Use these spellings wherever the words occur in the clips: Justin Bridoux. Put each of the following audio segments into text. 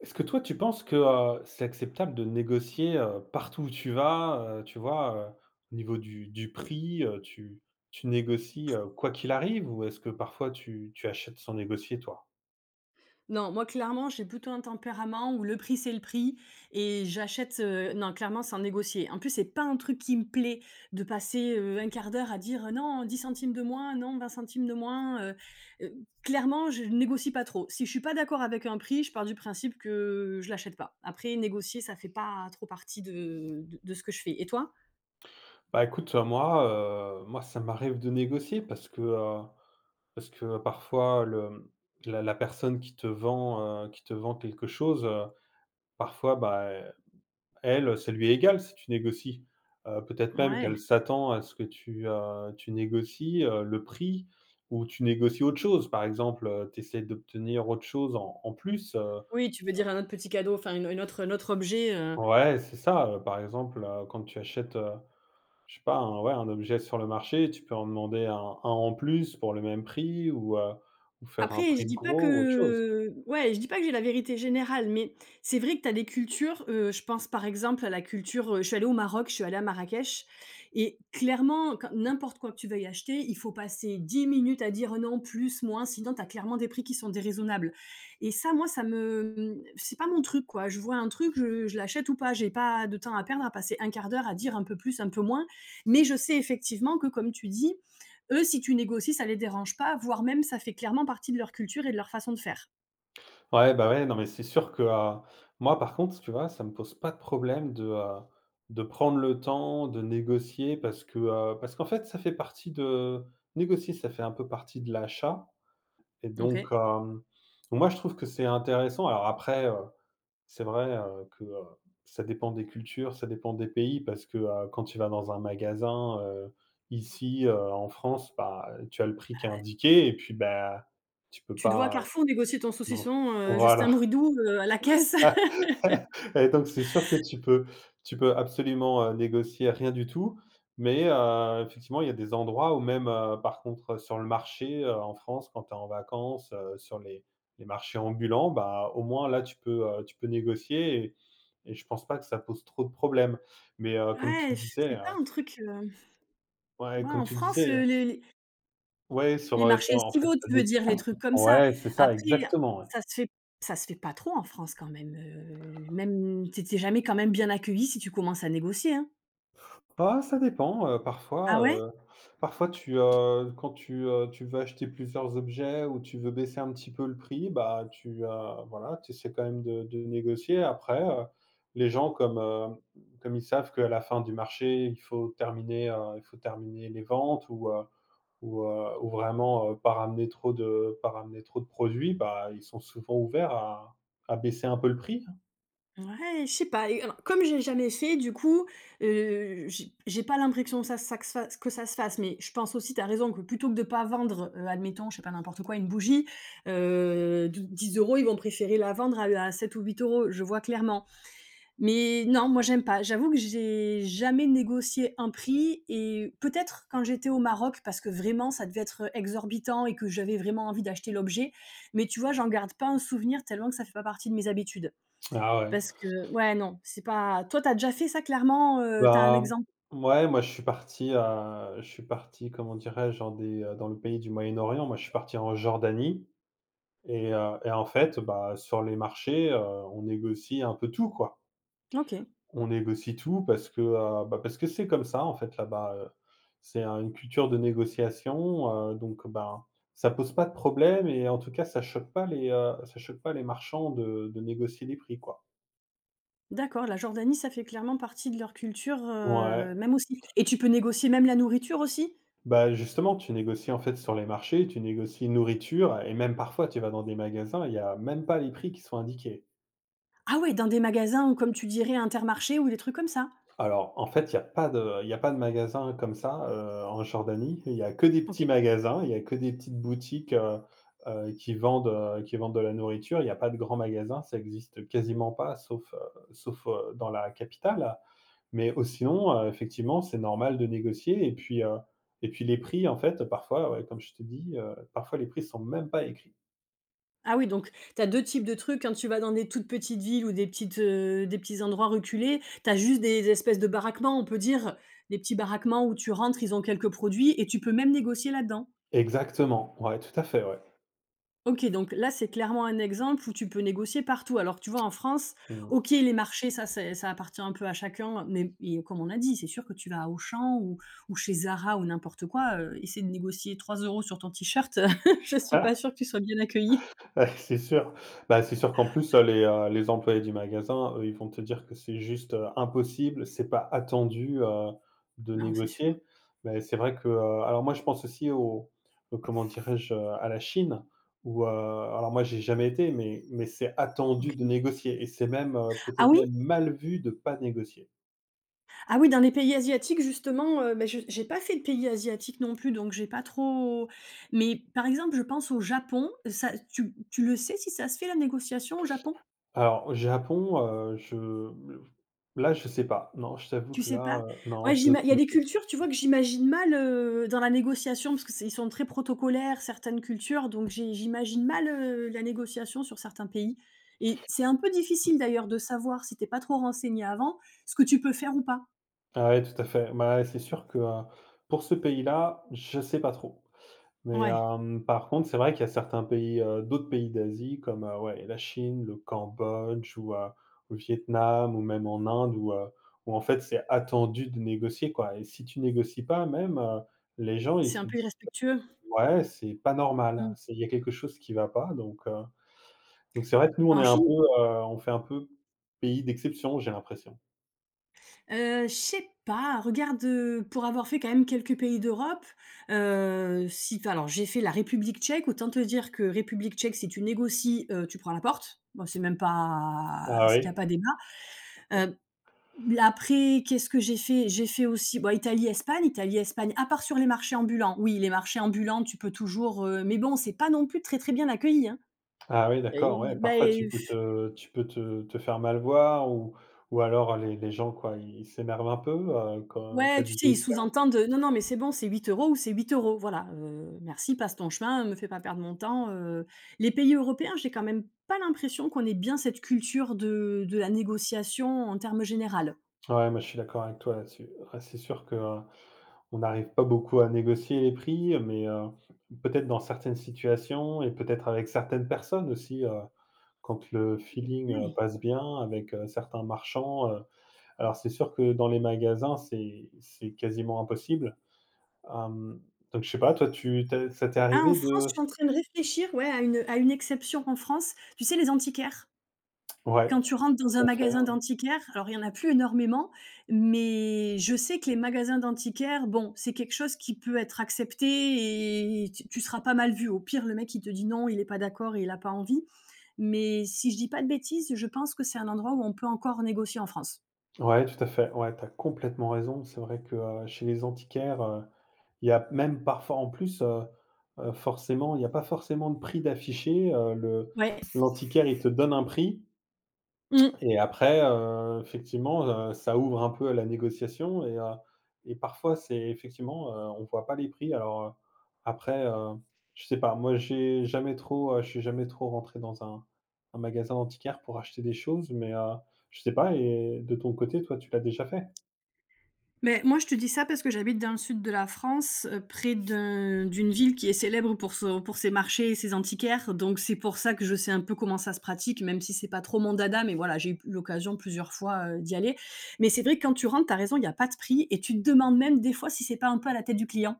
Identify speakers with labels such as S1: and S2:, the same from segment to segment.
S1: Est-ce que toi, tu penses que, c'est acceptable de négocier, partout où tu vas, tu vois, au niveau du prix, tu négocies, quoi qu'il arrive? Ou est-ce que parfois tu achètes sans négocier, toi?
S2: Non, moi clairement, j'ai plutôt un tempérament où le prix c'est le prix et j'achète, non clairement sans négocier. En plus, c'est pas un truc qui me plaît de passer, 1/4 d'heure à dire: «Non 10 centimes de moins, non 20 centimes de moins», heu, clairement je négocie pas trop. Si je suis pas d'accord avec un prix, je pars du principe que je l'achète pas. Après négocier, ça fait pas trop partie de ce que je fais et toi?
S1: Bah, écoute, moi, ça m'arrive de négocier parce que parfois la personne qui te vend, quelque chose, parfois, bah. Elle, ça lui est égal si tu négocies. Peut-être même
S2: Ouais.
S1: qu'elle s'attend à ce que tu négocies, le prix ou tu négocies autre chose. Par exemple, tu essaies d'obtenir autre chose en plus,
S2: Oui, tu veux dire un autre petit cadeau, enfin une autre un autre objet.
S1: ouais, c'est ça, par exemple, quand tu achètes, je sais pas, un ouais, un objet sur le marché, tu peux en demander un en plus pour le même prix ou faire un
S2: Après, je
S1: prix de
S2: dis pas
S1: gros ou autre chose.
S2: que ouais, je dis pas que j'ai la vérité générale, mais c'est vrai que tu as des cultures, je pense par exemple à la culture, je suis allée au Maroc, je suis allée à Marrakech et clairement, quand n'importe quoi que tu veuilles acheter, il faut passer 10 minutes à dire: «Non, plus, moins», sinon tu as clairement des prix qui sont déraisonnables. Et ça, moi, ça me, c'est pas mon truc, quoi. Je vois un truc, je l'achète ou pas, j'ai pas de temps à perdre à passer un quart d'heure à dire un peu plus, un peu moins, mais je sais effectivement que comme tu dis, eux, si tu négocies, ça les dérange pas, voire même ça fait clairement partie de leur culture et de leur façon de faire.
S1: Ouais, bah, ouais, non, mais c'est sûr que, moi, par contre, tu vois, ça me pose pas de problème de prendre le temps, de négocier parce qu'en fait, ça fait partie de négocier, ça fait un peu partie de l'achat et donc
S2: OK.
S1: moi, je trouve que c'est intéressant. Alors après, c'est vrai, que, ça dépend des cultures, ça dépend des pays parce que, quand tu vas dans un magasin, ici, en France, bah, tu as le prix qui est indiqué et puis, bah, tu peux
S2: Tu te vois à
S1: pas
S2: Carrefour négocier ton
S1: non,
S2: saucisson, Justin
S1: voilà.
S2: Bridoux, à la caisse.
S1: Et donc c'est sûr que tu peux absolument, négocier rien du tout, mais effectivement, il y a des endroits où même, par contre, sur le marché, en France, quand tu es en vacances, sur les marchés ambulants, bah, au moins là, tu peux négocier et je pense pas que ça pose trop de problèmes. Mais comme tu
S2: Ouais,
S1: le disais,
S2: c'est pas un truc,
S1: ouais,
S2: ouais,
S1: comme
S2: en
S1: tu le
S2: France,
S1: disais,
S2: les les
S1: ouais, sur,
S2: les
S1: heu, sur
S2: marchés
S1: en fait,
S2: estivaux,
S1: tu
S2: tu veux
S1: d'autres
S2: dire, les trucs comme ça.
S1: ouais, c'est ça,
S2: Après,
S1: exactement, ouais.
S2: ça se fait ça se fait pas trop en France quand même, même tu es jamais quand même bien accueilli si tu commences à négocier, hein?
S1: Ah, ça dépend,
S2: Ah ouais?
S1: quand tu veux acheter plusieurs objets ou tu veux baisser un petit peu le prix, bah, voilà, tu essaies quand même de négocier. Après, les gens comme ils savent qu'à la fin du marché, il faut terminer les ventes ou vraiment, pas ramener trop de produits, bah, ils sont souvent ouverts à baisser un peu le prix, hein.
S2: Ouais, je sais pas et alors comme j'ai jamais fait du coup, j'ai pas l'impression que ça se fasse, mais je pense aussi tu as raison que plutôt que de pas vendre, admettons, je sais pas n'importe quoi, une bougie, d 10 € ils vont préférer la vendre à 7 ou 8 euros. Je vois clairement. Mais non, moi j'aime pas. J'avoue que j'ai jamais négocié un prix et peut-être quand j'étais au Maroc parce que vraiment ça devait être exorbitant et que j'avais vraiment envie d'acheter l'objet, mais tu vois, j'en garde pas un souvenir tellement que ça fait pas partie de mes habitudes.
S1: Ah ouais.
S2: Parce que ouais, non, c'est pas toi, tu as déjà fait ça clairement, tu as un
S1: Bah,
S2: exemple?
S1: ouais, moi je suis parti, comment dirais-je, dans le pays du Moyen-Orient. Moi, je suis parti en Jordanie et en fait, bah, sur les marchés, on négocie un peu tout, quoi.
S2: OK,
S1: On négocie tout parce que c'est comme ça, en fait, là-bas. C'est un une culture de négociation, donc ben, ça pose pas de problème et en tout cas, ça choque pas les, ça choque pas les marchands de négocier les prix, quoi.
S2: d'accord, la Jordanie, ça fait clairement partie de leur culture,
S1: Ouais.
S2: même aussi. Et tu peux négocier même la nourriture aussi?
S1: Bah, justement, tu négocies, en fait, sur les marchés, tu négocies nourriture et même parfois tu vas dans des magasins, il y a même pas les prix qui sont indiqués.
S2: Ah ouais, dans des magasins, comme tu dirais Intermarché ou des trucs comme ça?
S1: Alors, en fait, il y a pas de il y a pas de magasin comme ça, en Jordanie. Il y a que des
S2: OK.
S1: petits magasins, il y a que des petites boutiques, qui vendent de la nourriture. Il y a pas de grands magasins, ça existe quasiment pas sauf, dans la capitale. Mais au sinon, effectivement, c'est normal de négocier et puis les prix, en fait, parfois, ouais, comme je te dis, parfois les prix sont même pas écrits.
S2: Ah oui, donc tu as 2 types de trucs quand tu vas dans des toutes petites villes ou des petits endroits reculés, tu as juste des espèces de baraquements, on peut dire, des petits baraquements où tu rentres, ils ont quelques produits et tu peux même négocier là-dedans.
S1: Exactement, ouais, tout à fait, ouais.
S2: OK, donc là, c'est clairement un exemple où tu peux négocier partout. Alors, tu vois, en France,
S1: Mmh.
S2: OK, les marchés, ça, c'est ça appartient un peu à chacun. Mais et comme on a dit, c'est sûr que tu vas à Auchan ou chez Zara ou n'importe quoi, essayer de négocier 3 € sur ton t-shirt, je suis pas sûre que tu sois bien accueilli.
S1: Ouais, c'est sûr. Bah, c'est sûr qu'en plus, les employés du magasin, eux, ils vont te dire que c'est juste, impossible, c'est pas attendu, de
S2: Non, c'est sûr.
S1: négocier. Mais c'est vrai que, alors moi, je pense aussi au comment dirais-je? À la Chine où, alors moi, j'ai jamais été, mais c'est attendu
S2: OK.
S1: de négocier et c'est même,
S2: Ah
S1: peut-être
S2: oui?
S1: même mal vu de pas négocier.
S2: Ah oui, dans les pays asiatiques, justement, bah, je j'ai pas fait de pays asiatiques non plus, donc j'ai pas trop, mais par exemple, je pense au Japon, ça tu le sais? Si ça se fait la négociation au Japon?
S1: Alors au Japon, je là, je sais pas. Non, je t'avoue
S2: Tu
S1: que
S2: sais
S1: là,
S2: pas?
S1: non,
S2: Ouais,
S1: j'ai
S2: j'ima il y a
S1: aucune.
S2: des cultures, tu vois, que j'imagine mal, dans la négociation parce que c'est ils sont très protocolaires, certaines cultures, donc j'imagine mal, la négociation sur certains pays et c'est un peu difficile d'ailleurs de savoir, si tu es pas trop renseigné avant, ce que tu peux faire ou pas.
S1: Ah ouais, tout à fait. Bah, ouais, c'est sûr que, pour ce pays-là, je sais pas trop. Mais,
S2: Ouais,
S1: par contre, c'est vrai qu'il y a certains pays, d'autres pays d'Asie comme, ouais, la Chine, le Cambodge ou, au Vietnam ou même en Inde où en fait, c'est attendu de négocier, quoi et si tu négocies pas même, les gens, ils
S2: c'est un
S1: se
S2: peu
S1: disent:
S2: irrespectueux.
S1: «Ouais, c'est pas normal,
S2: Mmh.
S1: c'est il y a quelque chose qui va pas», donc c'est vrai que nous, on est
S2: En
S1: un
S2: Chine.
S1: peu, on fait un peu pays d'exception, j'ai l'impression.
S2: Je sais pas, regarde, pour avoir fait quand même quelques pays d'Europe, si tu alors j'ai fait la République tchèque, autant te dire que République tchèque, si tu négocies, tu prends la porte. Bon, c'est même pas,
S1: Ah
S2: c'est qu'il y a
S1: oui?
S2: pas débat. Heu, là après, qu'est-ce que j'ai fait? J'ai fait aussi, bon, Italie, Espagne. Italie, Espagne, à part sur les marchés ambulants. Oui, les marchés ambulants, tu peux toujours, mais bon, c'est pas non plus très, très bien accueilli, hein.
S1: Ah oui,
S2: Heu,
S1: d'accord, ouais,
S2: i bah,
S1: parfois tu peux te faire mal voir ou alors les gens, quoi, ils s'énervent un peu, quand tu as
S2: ouais, tu
S1: dit
S2: sais, ils
S1: jusqu'à.
S2: sous-entendent, «Non, non, mais c'est bon, c'est 8 € ou c'est 8 euros, voilà, merci, passe ton chemin, me fais pas perdre mon temps». Les pays européens, j'ai quand même pas l'impression qu'on ait bien cette culture de la négociation en termes généraux.
S1: Ouais, moi je suis d'accord avec toi là-dessus. Ouais, c'est sûr que, on n'arrive pas beaucoup à négocier les prix, mais, peut-être dans certaines situations et peut-être avec certaines personnes aussi, quand le feeling,
S2: Ouais.
S1: passe bien avec, certains marchands, alors c'est sûr que dans les magasins, c'est quasiment impossible. Hem, donc je sais pas, toi tu ça t'est
S2: Ah, en
S1: arrivé
S2: France, je
S1: de
S2: suis en train de réfléchir, ouais, à une exception en France. Tu sais, les antiquaires?
S1: ouais.
S2: Quand tu rentres dans
S1: Tout
S2: un
S1: à fait,
S2: magasin d'antiquaires, alors il y en a plus énormément, mais je sais que les magasins d'antiquaires, bon, c'est quelque chose qui peut être accepté et tu seras pas mal vu. Au pire, le mec, il te dit: «Non, il est pas d'accord et il a pas envie», mais si je dis pas de bêtises, je pense que c'est un endroit où on peut encore négocier en France.
S1: ouais. Ouais, tout à fait. Ouais, tu as complètement raison. C'est vrai que, chez les antiquaires, il y a même parfois en plus, forcément, il y a pas forcément de prix d'affiché, le
S2: Ouais.
S1: l'antiquaire, il te donne un prix.
S2: Mmh.
S1: Et après, effectivement, ça ouvre un peu à la négociation et parfois c'est effectivement, on voit pas les prix. Alors, après, je sais pas, moi j'ai jamais trop, je suis jamais trop rentré dans un magasin antiquaire pour acheter des choses, mais, je sais pas et de ton côté, toi, tu l'as déjà fait?
S2: Mais moi, je te dis ça parce que j'habite dans le sud de la France, près d'une ville qui est célèbre pour son pour ses marchés et ses antiquaires, donc c'est pour ça que je sais un peu comment ça se pratique, même si c'est pas trop mon dada, mais voilà, j'ai eu l'occasion plusieurs fois, d'y aller. Mais c'est vrai que quand tu rentres, tu as raison, il y a pas de prix et tu te demandes même des fois si c'est pas un peu à la tête du client.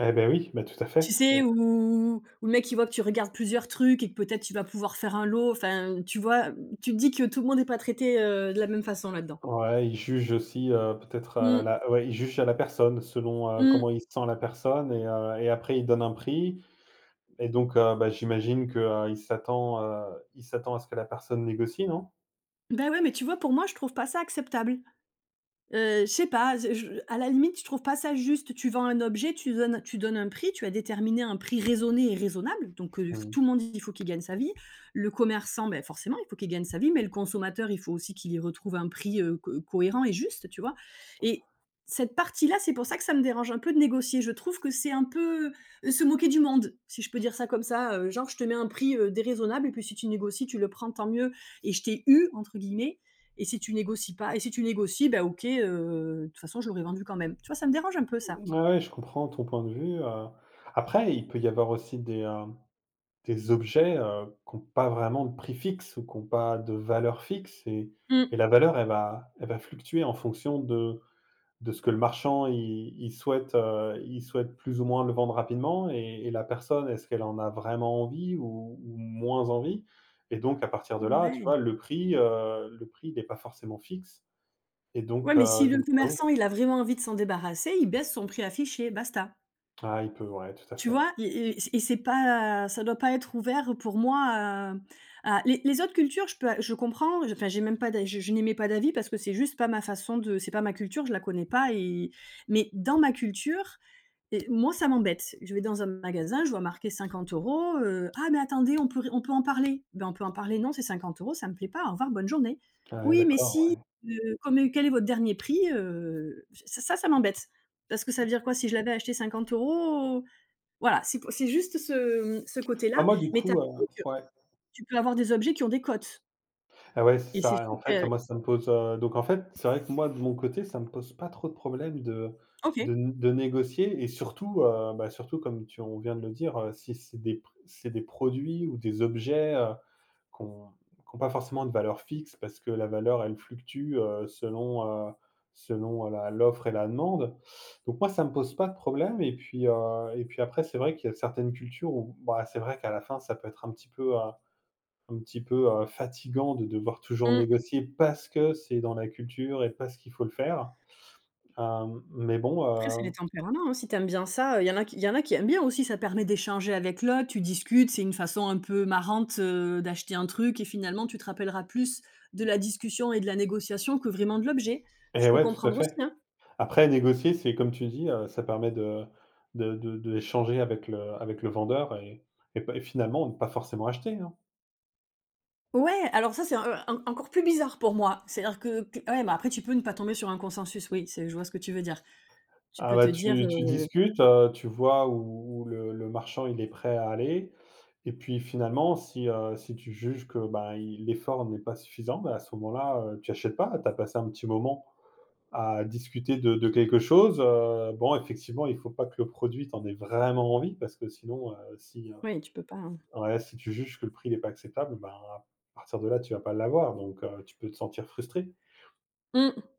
S1: Eh ben oui, bah, tout à
S2: Tu
S1: fait.
S2: sais, où le mec, il voit que tu regardes plusieurs trucs et que peut-être tu vas pouvoir faire un lot, enfin, tu vois? Tu te dis que tout le monde est pas traité, de la même façon là-dedans.
S1: Ouais, ils jugent aussi, peut-être,
S2: Mmh,
S1: la ouais, ils jugent à la personne selon,
S2: mmh.
S1: comment il sent la personne et après ils donnent un prix. Et donc, bah, j'imagine que, il s'attend à ce que la personne négocie, non?
S2: Bah, ouais, mais tu vois, pour moi, je trouve pas ça acceptable. Je sais pas, je à la limite, je trouve pas ça juste. Tu vends un objet, tu donnes un prix, tu as déterminé un prix raisonné et raisonnable, donc f
S1: Mmh.
S2: tout le monde, il faut qu'il gagne sa vie. Le commerçant, beh, forcément, il faut qu'il gagne sa vie, mais le consommateur, il faut aussi qu'il y retrouve un prix, co cohérent et juste, tu vois? Et cette partie-là, c'est pour ça que ça me dérange un peu de négocier. Je trouve que c'est un peu, se moquer du monde, si je peux dire ça comme ça, genre: «Je te mets un prix, déraisonnable et puis si tu négocies, tu le prends, tant mieux et je t'ai «eu» entre guillemets». Et si tu négocies pas et si tu négocies, bah, OK, de toute façon, je l'aurais vendu quand même. Tu vois, ça me dérange un peu ça.
S1: Ouais, ouais, je comprends ton point de vue. Après, il peut y avoir aussi des objets, qui ont pas vraiment de prix fixe ou qui ont pas de valeur fixe et
S2: Mmh.
S1: la valeur, elle va fluctuer en fonction de ce que le marchand, il souhaite plus ou moins le vendre rapidement et la personne, est-ce qu'elle en a vraiment envie ou moins envie? Et donc à partir de là, tu
S2: Ouais.
S1: vois, le prix, il est pas forcément fixe et
S2: Ouais,
S1: donc
S2: mais si
S1: heu,
S2: le
S1: donc ça ouvre.
S2: commerçant, il a vraiment envie de s'en débarrasser, il baisse son prix affiché, basta.
S1: Ah, il peut, ouais, tout à
S2: Tu
S1: fait.
S2: vois? Et c'est et c'est pas, ça doit pas être ouvert pour moi à les autres cultures, je comprends, enfin, j'ai même pas d'a je n'émets pas d'avis parce que c'est juste pas ma façon de, c'est pas ma culture, je la connais pas mais dans ma culture. Et moi, ça m'embête. Je vais dans un magasin, je vois marqué 50 euros: «Ah mais attendez, on peut en parler». Ben, on peut en parler: «Non, c'est 50 euros, ça me plaît pas, au revoir, bonne journée».
S1: Ouais,
S2: «Oui, mais
S1: d'accord,
S2: si,
S1: ouais.
S2: heu, comme quel est votre dernier prix?» Ça m'embête. Parce que ça veut dire quoi? Si je l'avais acheté 50 €, voilà, c'est pour, c'est juste ce
S1: Bah,
S2: côté-là,
S1: moi, du
S2: mais tu
S1: coup,
S2: raison que
S1: ouais.
S2: tu peux avoir des objets qui ont des cotes
S1: Ah ouais, c'est
S2: et c'est
S1: ça.
S2: sûr
S1: En fait,
S2: que.
S1: moi, ça me pose, donc en fait, c'est vrai que moi, de mon côté, ça me pose pas trop de problème
S2: OK.
S1: de de négocier et surtout, comme tu on vient de le dire, si c'est des produits ou des objets, qu'on qu'ont pas forcément de valeur fixe parce que la valeur, elle fluctue, selon, la l'offre et la demande. Donc moi, ça me pose pas de problème et puis après, c'est vrai qu'il y a certaines cultures où, bah, c'est vrai qu'à la fin, ça peut être un petit peu, fatigant de devoir toujours
S2: Mmh.
S1: négocier parce que c'est dans la culture et parce qu'il faut le faire. Mais bon,
S2: Après, c'est les tempéraments, hein, si t'aimes bien ça, il y en a qui aiment bien aussi, ça permet d'échanger avec l'autre, tu discutes, c'est une façon un peu marrante, d'acheter un truc et finalement tu te rappelleras plus de la discussion et de la négociation que vraiment de l'objet. Je
S1: et
S2: peux
S1: ouais, tout à
S2: comprendre aussi,
S1: fait.
S2: hein.
S1: Après négocier, c'est comme tu dis, ça permet de d'échanger avec le vendeur et finalement ne pas forcément acheter, hein.
S2: Ouais, alors ça, c'est en encore plus bizarre pour moi. C'est-à-dire que p ouais, mais après tu peux ne pas tomber sur un consensus, oui, c'est je vois ce que tu veux dire. Tu
S1: Ah
S2: peux
S1: bah,
S2: te dire,
S1: tu discutes, tu vois où le marchand, il est prêt à aller et puis finalement si tu juges que, bah, il l'effort n'est pas suffisant, bah, à ce moment-là, tu achètes pas, tu as passé un petit moment à discuter de quelque chose. Bon, effectivement, il faut pas que le produit t'en ait vraiment envie, parce que sinon, si,
S2: oui, tu peux pas, hein.
S1: ouais, si tu juges que le prix n'est pas acceptable, ben, à partir de là, tu vas pas l'avoir, donc tu peux te sentir frustré.
S2: Mmh.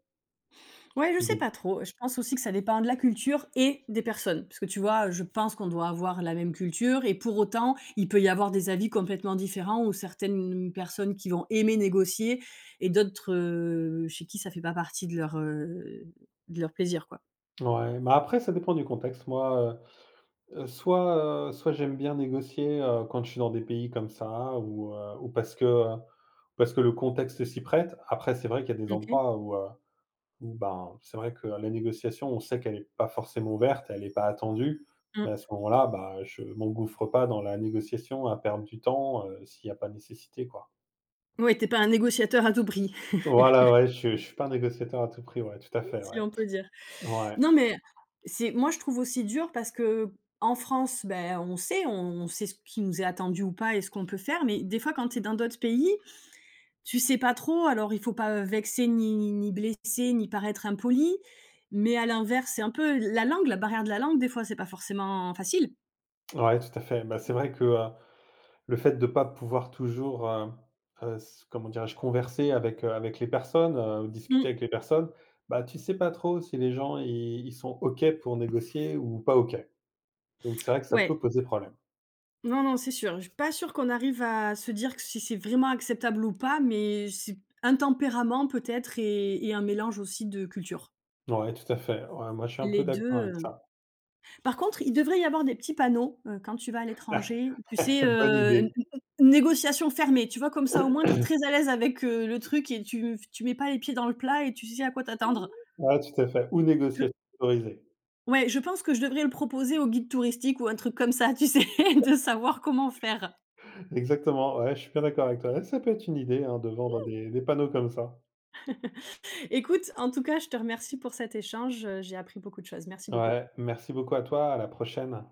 S2: Ouais, je sais
S1: Donc
S2: pas trop. Je pense aussi que ça dépend de la culture et des personnes. Parce que tu vois, je pense qu'on doit avoir la même culture et pour autant, il peut y avoir des avis complètement différents ou certaines personnes qui vont aimer négocier et d'autres, chez qui ça fait pas partie de de leur plaisir, quoi.
S1: ouais, mais après ça dépend du contexte. Moi, soit j'aime bien négocier, quand je suis dans des pays comme ça ou parce que le contexte s'y prête. Après c'est vrai qu'il y a des
S2: OK.
S1: endroits où, ben, c'est vrai que la négociation, on sait qu'elle est pas forcément ouverte, elle est pas attendue,
S2: Mmh.
S1: mais à ce moment-là, bah, je m'engouffre pas dans la négociation à perdre du temps, s'il y a pas nécessité, quoi.
S2: Ouais, tu pas un négociateur à tout prix,
S1: Voilà, ouais, je suis pas un négociateur à tout prix, ouais, tout à fait,
S2: si
S1: ouais.
S2: on peut dire.
S1: Ouais,
S2: Non, mais c'est moi, je trouve aussi dur parce que en France, ben, on sait, on sait ce qui nous est attendu ou pas et ce qu'on peut faire, mais des fois, quand tu es dans d'autres pays. Tu sais pas trop, alors il faut pas vexer, ni blesser, ni paraître impoli, mais à l'inverse, c'est un peu la langue, la barrière de la langue, des fois, c'est pas forcément facile.
S1: ouais, tout à fait. Bah, c'est vrai que, le fait de ne pas pouvoir toujours, s comment dirais-je? Converser avec les personnes,
S2: Mmh.
S1: discuter avec les personnes, bah, tu sais pas trop si les gens, ils sont OK pour négocier ou pas OK. Donc c'est vrai que ça
S2: Ouais.
S1: peut poser problème.
S2: Non, non, c'est sûr. Je suis pas sûre qu'on arrive à se dire que si c'est vraiment acceptable ou pas, mais c'est un tempérament peut-être et un mélange aussi de culture.
S1: Ouais, tout à fait. Ouais, moi, je suis un peu
S2: Les
S1: d'accord
S2: 2.
S1: avec
S2: euh,
S1: ça.
S2: Par contre, il devrait y avoir des petits panneaux, quand tu vas à l'étranger, tu sais,
S1: Bonne idée.
S2: n négociation fermée, tu vois? Comme ça, au moins, tu es très à l'aise avec, le truc et tu mets pas les pieds dans le plat et tu sais à quoi t'attendre.
S1: Ouais, tout à fait. Ou
S2: Je
S1: négociation autorisée.
S2: ouais, je pense que je devrais le proposer aux guides touristiques ou un truc comme ça, tu sais? De savoir comment faire.
S1: Exactement, ouais, je suis bien d'accord avec toi. Ouais, ça peut être une idée, hein, de vendre des panneaux comme ça.
S2: Écoute, en tout cas, je te remercie pour cet échange, j'ai appris beaucoup de choses. Merci beaucoup.
S1: Ouais, merci beaucoup à toi, à la prochaine.